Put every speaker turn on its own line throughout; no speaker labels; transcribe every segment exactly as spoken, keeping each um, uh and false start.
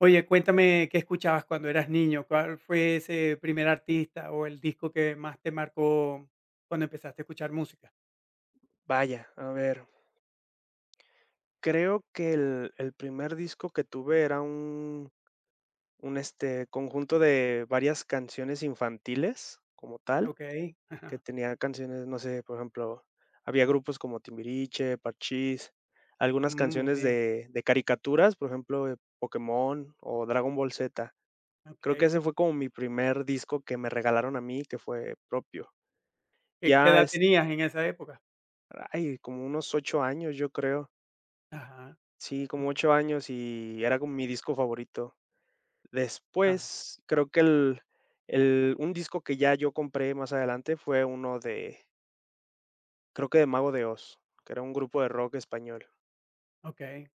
Oye, cuéntame qué escuchabas cuando eras niño, cuál fue ese primer artista o el disco que más te marcó cuando empezaste a escuchar música.
Vaya, a ver, creo que el el primer disco que tuve era un un, este, conjunto de varias canciones infantiles como tal,
Okey,
que
ajá,
tenía canciones, no sé, por ejemplo, había grupos como Timbiriche, Parchís, algunas
mm, muy
canciones
bien,
de de caricaturas, por ejemplo, de Pokémon o Dragon Ball Z. Creo que
okey.
ese fue como mi primer disco que me regalaron a mí, que fue propio.
¿Qué qué
Ya,
edad
es
tenías en esa época?
ay, como unos ocho años, yo creo.
Ajá,
Sí, como
muy
ocho
bien,
años y era como mi disco favorito.
ah,
Después, creo que el el un disco que ya yo compré más adelante fue uno de, creo que de Mago de Oz, que era un grupo de rock español.
okey,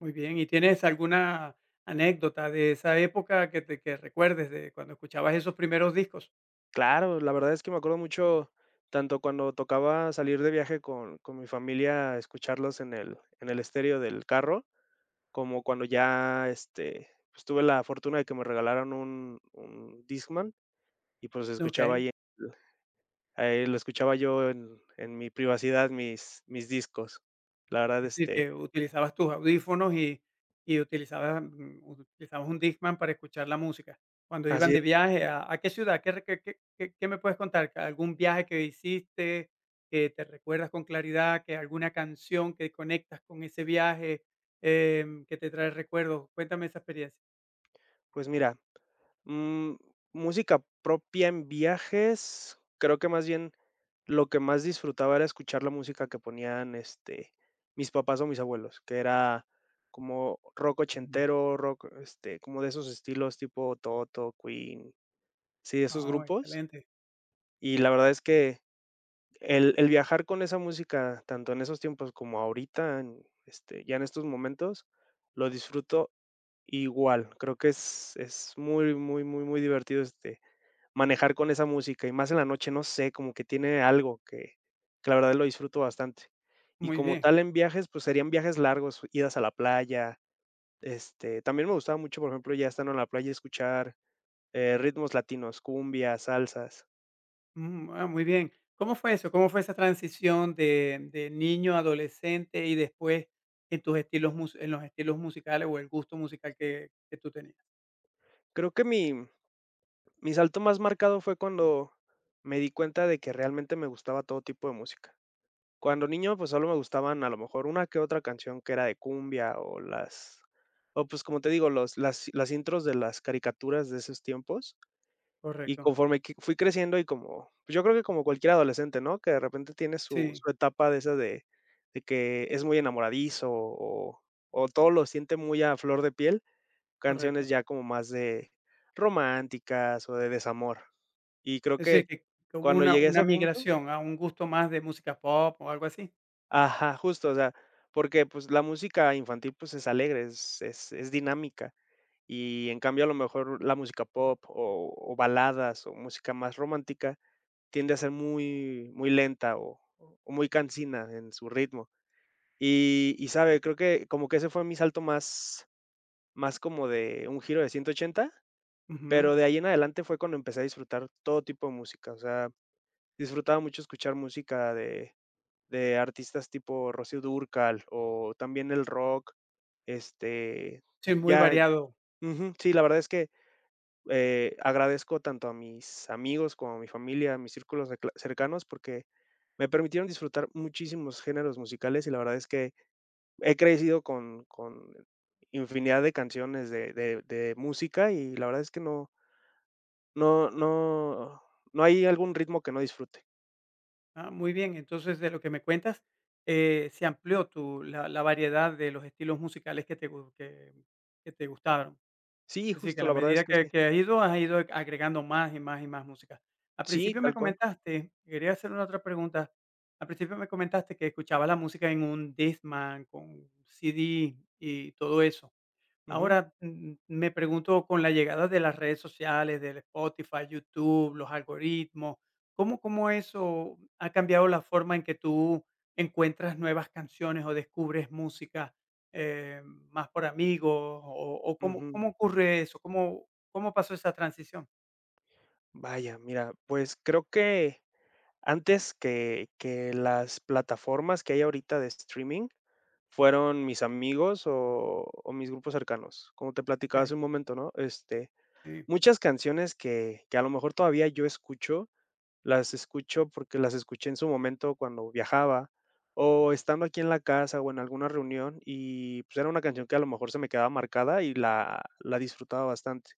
muy bien, ¿y tienes alguna anécdota de esa época que te que recuerdes de cuando escuchabas esos primeros discos?
Claro, la verdad es que me acuerdo mucho, tanto cuando tocaba salir de viaje con con mi familia, escucharlos en el en el estéreo del carro, como cuando ya, este, pues tuve la fortuna de que me regalaron un un Discman y pues escuchaba
Okey.
ahí. Ahí lo escuchaba yo en en mi privacidad, mis mis discos. La verdad,
Es decir,
este
que utilizabas tus audífonos y y utilizabas, mm, utilizabas un Discman para escuchar la música. Cuando iban
así es.
de viaje, ¿a a qué ciudad? ¿Qué re qué qué qué qué me puedes contar? ¿Algún viaje que hiciste, que te recuerdas con claridad, que alguna canción que conectas con ese viaje, em, que te trae recuerdos? Cuéntame esa experiencia.
Pues mira, mm, música propia en viajes, creo que más bien lo que más disfrutaba era escuchar la música que ponían, este, mis papás o mis abuelos, que era como rock
Ujú.
ochentero, rock, este, como de esos estilos tipo Toto, Queen, sí, de esos
No,
grupos.
excelente,
Y la verdad es que El el viajar con esa música, tanto en esos tiempos como ahorita, en, este, ya en estos momentos, lo disfruto igual. Creo que es es muy, muy, muy, muy divertido, este, manejar con esa música, y más en la noche, no sé, como que tiene algo que que la verdad lo disfruto bastante. Y
muy
como
bien.
tal en viajes, pues serían viajes largos, idas a la playa, este, también me gustaba mucho, por ejemplo, ya estando en la playa, escuchar, eh, ritmos latinos, cumbias, salsas.
Mm, ah, muy bien. ¿Cómo fue eso? ¿Cómo fue esa transición de, de niño a adolescente y después en tus estilos mus- en los estilos musicales o el gusto musical que, que tú tenías?
Creo que mi Mi salto más marcado fue cuando me di cuenta de que realmente me gustaba todo tipo de música. Cuando niño, pues solo me gustaban a lo mejor una que otra canción que era de cumbia o las, o pues como te digo, los, las, las intros de las caricaturas de esos tiempos. Y
Correcto.
conforme que fui creciendo y como, pues yo creo que como cualquier adolescente, ¿no? Que de repente tiene su,
Sí,
su etapa de esa de, de que es muy enamoradizo o, o todo lo siente muy a flor de piel canciones
correcto.
ya como más de románticas o de desamor. Y creo
Es
que
decir, que, que hubo
cuando
una,
llegué a
una
ese punto,
migración a un gusto más de música pop o algo así.
ajá, justo, o sea, porque, pues, la música infantil, pues, es alegre, es es es dinámica, y en cambio, a lo mejor la música pop o o baladas o música más romántica tiende a ser muy muy lenta o o muy cansina en su ritmo. Y y, ¿sabe? Creo que como que ese fue mi salto más más como de un giro de ciento ochenta.
Ujú.
Pero de ahí en adelante fue cuando empecé a disfrutar todo tipo de música, o sea, disfrutaba mucho escuchar música de de artistas tipo Rocío Dúrcal o también el rock, este,
Sí, muy
ya
variado.
ujú, sí, la verdad es que, eh, agradezco tanto a mis amigos como a mi familia, a mis círculos cerca cercanos, porque me permitieron disfrutar muchísimos géneros musicales y la verdad es que he crecido con con infinidad de canciones de de de música y la verdad es que no. No no no hay algún ritmo que no disfrute.
Ah, muy bien. Entonces, de lo que me cuentas, eh, se amplió tu, la, la variedad de los estilos musicales que te, gu- que, que te gustaron.
Sí,
Sí, que a
justo,
la
la verdad es
medida
que
que
sí.
que has ido, has ido agregando más y más y más música. Al
Sí,
principio me
tal cual.
comentaste quería hacer una otra pregunta. Al principio me comentaste que escuchabas la música en un Discman, con C D y todo eso.
Ujú,
Ahora, mm, mm, me pregunto con la llegada de las redes sociales, del Spotify, YouTube, los algoritmos, ¿cómo, cómo eso ha cambiado la forma en que tú encuentras nuevas canciones o descubres música eh, más por amigos? ¿O, o cómo,
ujú.
cómo ocurre eso? ¿Cómo, cómo pasó esa transición?
Vaya, mira, pues, creo que antes que que las plataformas que hay ahorita de streaming fueron mis amigos o o mis grupos cercanos, como te platicaba
Ok,
hace un momento, ¿no? Este,
sí,
muchas canciones que que a lo mejor todavía yo escucho. Las escucho porque las escuché en su momento cuando viajaba o estando aquí en la casa o en alguna reunión y, pues, era una canción que a lo mejor se me quedaba marcada y la la disfrutaba bastante.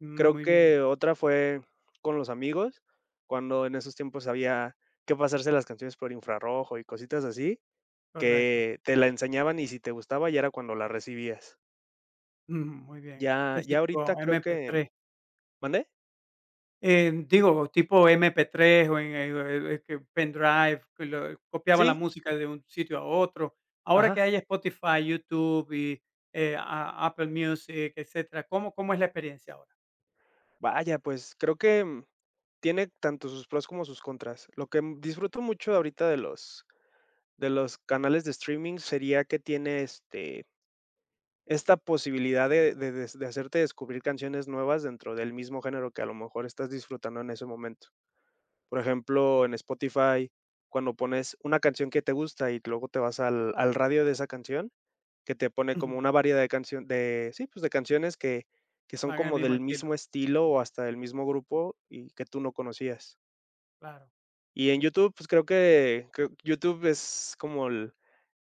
mm,
Creo
muy bien,
que otra fue con los amigos, cuando en esos tiempos había que pasarse las canciones por infrarrojo y cositas así,
correcto,
que te la enseñaban y si te gustaba ya era cuando la recibías.
mm, muy bien.
Ya
Es
ya
decir,
ahorita
tipo
creo que.
M P tres.
¿Mande?
Eh, digo, tipo M P tres o en el el que pendrive, que lo copiaban la
Sí,
música de un sitio a otro. Ahora
ajá.
que hay Spotify, YouTube y, eh, a Apple Music, etcétera, ¿cómo cómo es la experiencia ahora?
Vaya, pues creo que, mm, tiene tanto sus pros como sus contras. Lo que m disfruto mucho ahorita de los de los canales de streaming sería que tiene, este, esta posibilidad de de des de hacerte descubrir canciones nuevas dentro del mismo género que a lo mejor estás disfrutando en ese momento. Por ejemplo, en Spotify, cuando pones una canción que te gusta y luego te vas al al radio de esa canción, que te pone como
Ujú,
una variedad de canción de sí, pues, de canciones que que son
van en el
como
mismo
del
estilo,
mismo estilo o hasta del mismo grupo y que tú no conocías.
claro,
Y en YouTube, pues, creo que creo YouTube es como el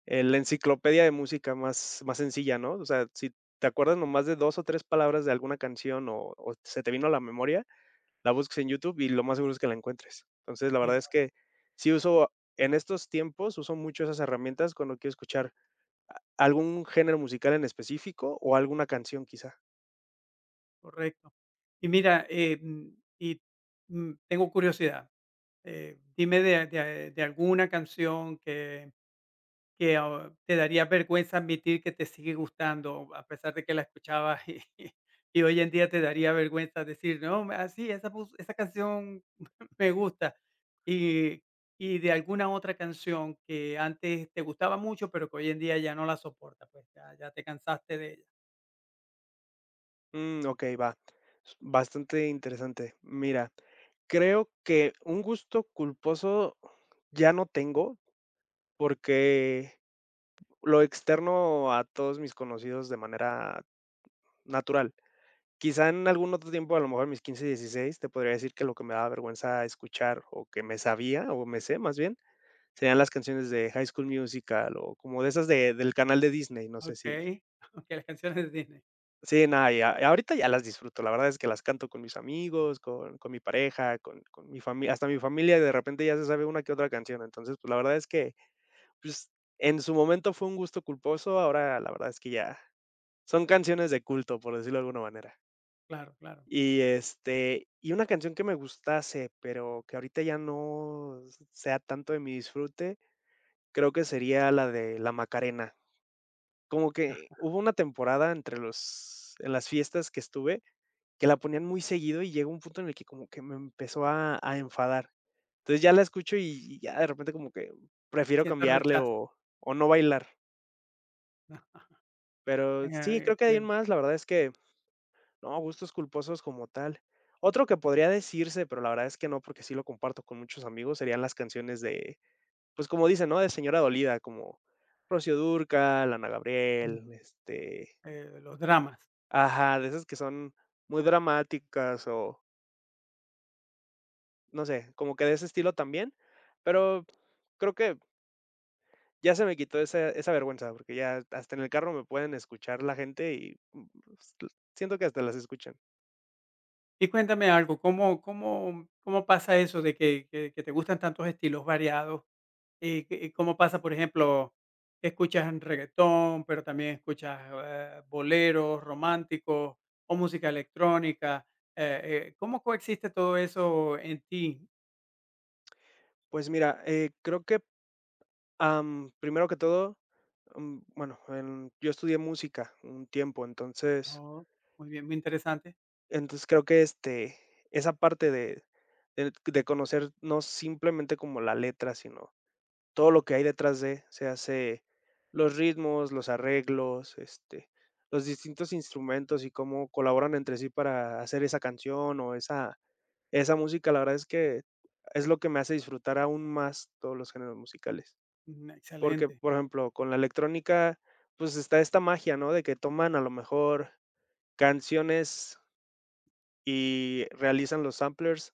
el la enciclopedia de música más más sencilla, ¿no? O sea, si te acuerdas nomás de dos o tres palabras de alguna canción o o se te vino a la memoria la busques en YouTube y lo más seguro es que la encuentres. Entonces, la
y
verdad es que sí uso en estos tiempos uso mucho esas herramientas cuando quiero escuchar algún género musical en específico o alguna canción quizá.
correcto. Y mira, eh, mm, y, mm, tengo curiosidad, eh, dime de de de alguna canción que Que, ah, te daría vergüenza admitir que te sigue gustando, a pesar de que la escuchabas y y hoy en día te daría vergüenza decir: "No, así esa mus esa canción me gusta". Y y de alguna otra canción que antes te gustaba mucho, pero que hoy en día ya no la soportas, pues, ya ya te cansaste de ella.
Mm, okey, va. Bastante interesante. Mira, creo que un gusto culposo ya no tengo, porque lo externo a todos mis conocidos de manera natural. Quizá en algún otro tiempo, a lo mejor mis quince, dieciséis, te podría decir que lo que me daba vergüenza escuchar o que me sabía o me sé más bien, serían las canciones de High School Musical o como de esas de del canal de Disney, no sé si
Okey, okey, las canciones de Disney.
sí, no, ya ahorita ya las disfruto, la verdad es que las canto con mis amigos, con con mi pareja, con con mi familia, hasta mi familia de repente ya se sabe una que otra canción, entonces, pues, la verdad es que, pues, en su momento fue un gusto culposo, ahora la verdad es que ya son canciones de culto, por decirlo de alguna manera.
Claro, claro.
Y, este, y una canción que me gustase, pero que ahorita ya no sea tanto de mi disfrute, creo que sería la de La Macarena. Como que hubo una temporada entre los en las fiestas que estuve, que la ponían muy seguido y llegó un punto en el que como que me empezó a a enfadar. Entonces, ya la escucho y ya de repente como que prefiero
Siento
cambiarle
rechazo.
o o no bailar. Pero sí,
eh,
creo que hay
excelente.
más, la verdad es que no, gustos culposos como tal. Otro que podría decirse, pero la verdad es que no, porque sí lo comparto con muchos amigos, serían las canciones de, pues como dicen, ¿no? De señora dolida, como Rocío Dúrcal, Ana
Mm,
Gabriel, este,
eh, los dramas.
ajá, de esas que son muy dramáticas o no sé, como que de ese estilo también, pero creo que ya se me quitó esa esa vergüenza, porque ya hasta en el carro me pueden escuchar la gente y, mm, pues, siento que hasta las escuchan.
Y cuéntame algo, ¿cómo cómo cómo pasa eso de que que que te gustan tantos estilos variados? ¿Y qué- y cómo pasa, por ejemplo, que escuchas en reggaetón, pero también escuchas, eh, boleros románticos o música electrónica? Eh eh, ¿cómo coexiste todo eso en ti?
Pues mira, eh, creo que Am, primero que todo, mm, bueno, em, yo estudié música un tiempo, entonces
Oh, muy bien, muy interesante.
entonces creo que, este, esa parte de de de conocer no simplemente como la letra, sino todo lo que hay detrás de, se hace los ritmos, los arreglos, este, los distintos instrumentos y cómo colaboran entre sí para hacer esa canción o esa esa música, la verdad es que es lo que me hace disfrutar aún más todos los géneros musicales.
Mm,
Porque,
excelente.
por ejemplo, con la electrónica, pues, está esta magia, ¿no? De que toman a lo mejor canciones y realizan los samplers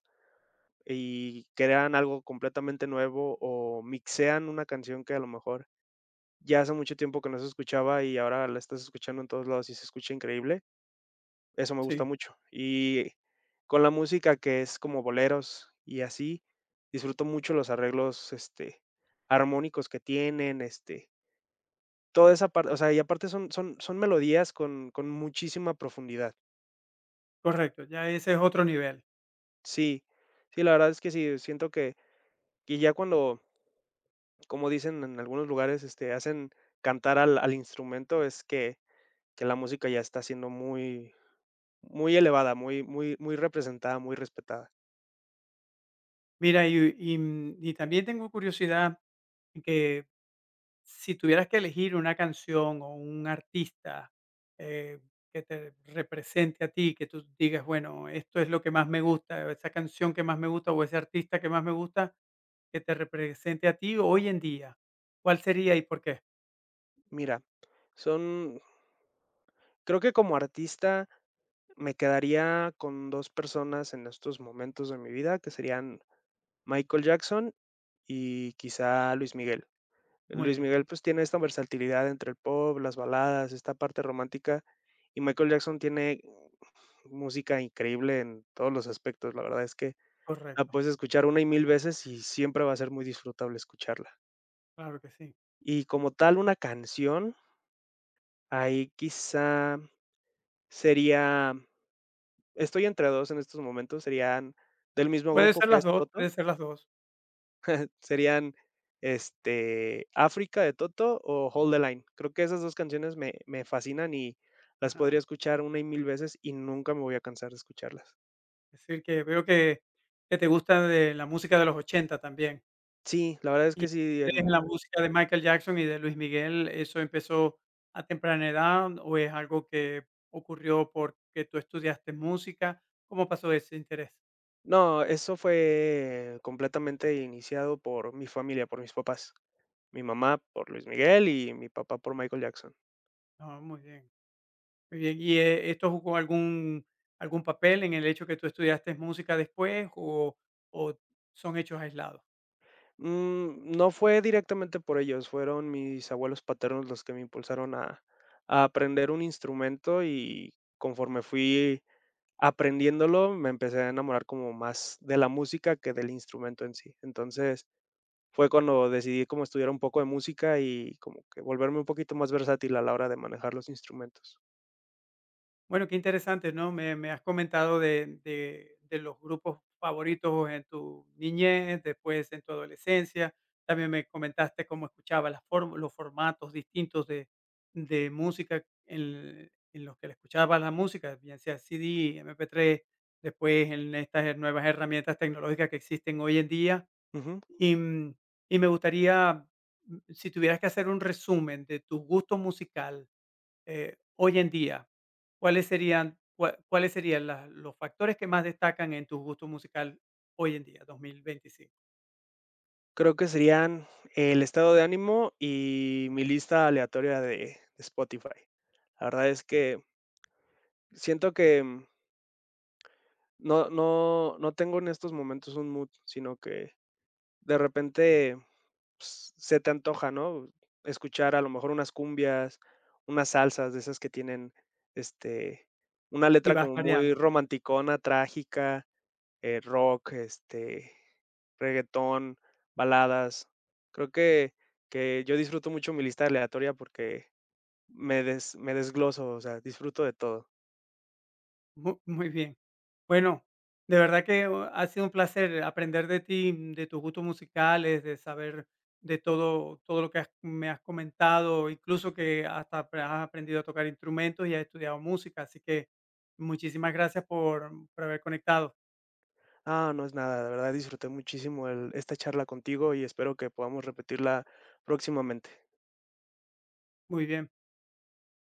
y crean algo completamente nuevo o mixean una canción que a lo mejor ya hace mucho tiempo que no se escuchaba y ahora la estás escuchando en todos lados y se escucha increíble. Eso me gusta
Sí,
mucho. Y con la música que es como boleros y así, disfruto mucho los arreglos, este, armónicos que tienen. este Toda esa parte, o sea, y aparte son son son melodías con con muchísima profundidad.
correcto, ya ese es otro nivel.
Sí, sí, la verdad es que sí, siento que que ya cuando, como dicen en algunos lugares, este, hacen cantar al al instrumento, es que que la música ya está siendo muy muy elevada, muy muy muy representada, muy respetada.
Mira, y y, mm, y también tengo curiosidad que si tuvieras que elegir una canción o un artista, eh, que te represente a ti, que tú digas, bueno, esto es lo que más me gusta, esa canción que más me gusta o ese artista que más me gusta, que te represente a ti hoy en día, ¿cuál sería y por qué?
Mira, son creo que como artista me quedaría con dos personas en estos momentos de mi vida, que serían Michael Jackson y quizá Luis Miguel.
Muy
Luis
bien,
Miguel, pues, tiene esta versatilidad entre el pop, las baladas, esta parte romántica, y Michael Jackson tiene música increíble en todos los aspectos. La verdad es que la
correcto,
puedes escuchar una y mil veces y siempre va a ser muy disfrutable escucharla.
claro que sí.
Y como tal, una canción, ahí quizá sería estoy entre dos en estos momentos, serían del mismo
Puede
grupo
ser
que
las
es
dos, puede
Toto.
ser las dos.
Serían, este, África de Toto o Hold the Line. Creo que esas dos canciones me me fascinan y las
Ajá.
podría escuchar una y mil veces y nunca me voy a cansar de escucharlas.
Es decir, que veo que que te gusta de la música de los ochenta también.
Sí, la verdad es
Y el
que sí,
interés en
en
la música de Michael Jackson y de Luis Miguel, ¿eso empezó a temprana edad o es algo que ocurrió porque tú estudiaste música? ¿Cómo pasó ese interés?
no, eso fue completamente iniciado por mi familia, por mis papás. Mi mamá por Luis Miguel y mi papá por Michael Jackson.
No, muy bien, muy bien. ¿Y, eh, esto jugó algún algún papel en el hecho que tú estudiaste música después o o son hechos aislados?
Mm, no fue directamente por ellos, fueron mis abuelos paternos los que me impulsaron a a aprender un instrumento y conforme fui aprendiéndolo, me empecé a enamorar como más de la música que del instrumento en sí. Entonces, fue cuando decidí como estudiar un poco de música y como que volverme un poquito más versátil a la hora de manejar los instrumentos.
Bueno, qué interesante, ¿no? Me, me has comentado de, de- de los grupos favoritos en tu niñez, después en tu adolescencia. También me comentaste cómo escuchaba las form- los formatos distintos de, de música en, en los que le escuchaba la música, bien sea C D, M P tres, después en estas her- nuevas herramientas tecnológicas que existen hoy en día.
Ujú.
Y, mm, y me gustaría, mm, si tuvieras que hacer un resumen de tu gusto musical, eh, hoy en día, ¿cuáles serían cua cuáles serían las los factores que más destacan en tu gusto musical hoy en día, dos mil veinticinco?
Creo que serían el estado de ánimo y mi lista aleatoria de de Spotify. La verdad es que siento que, mm, no no no tengo en estos momentos un mood, sino que de repente pues, se te antoja, ¿no? Escuchar a lo mejor unas cumbias, unas salsas de esas que tienen, este, una
Y
letra
vas
como muy
variando.
romanticona, trágica, eh, rock, este, reggaetón, baladas. Creo que que yo disfruto mucho mi lista aleatoria porque me des me desgloso, o sea, disfruto de todo.
Mu muy bien. Bueno, de verdad que uh, ha sido un placer aprender de ti, de tus gustos musicales, de saber de todo todo lo que has me has comentado, incluso que hasta apre has aprendido a tocar instrumentos y has estudiado música, así que muchísimas gracias por por haber conectado.
Ah, no es nada, de verdad disfruté muchísimo el esta charla contigo y espero que podamos repetirla próximamente.
Muy bien.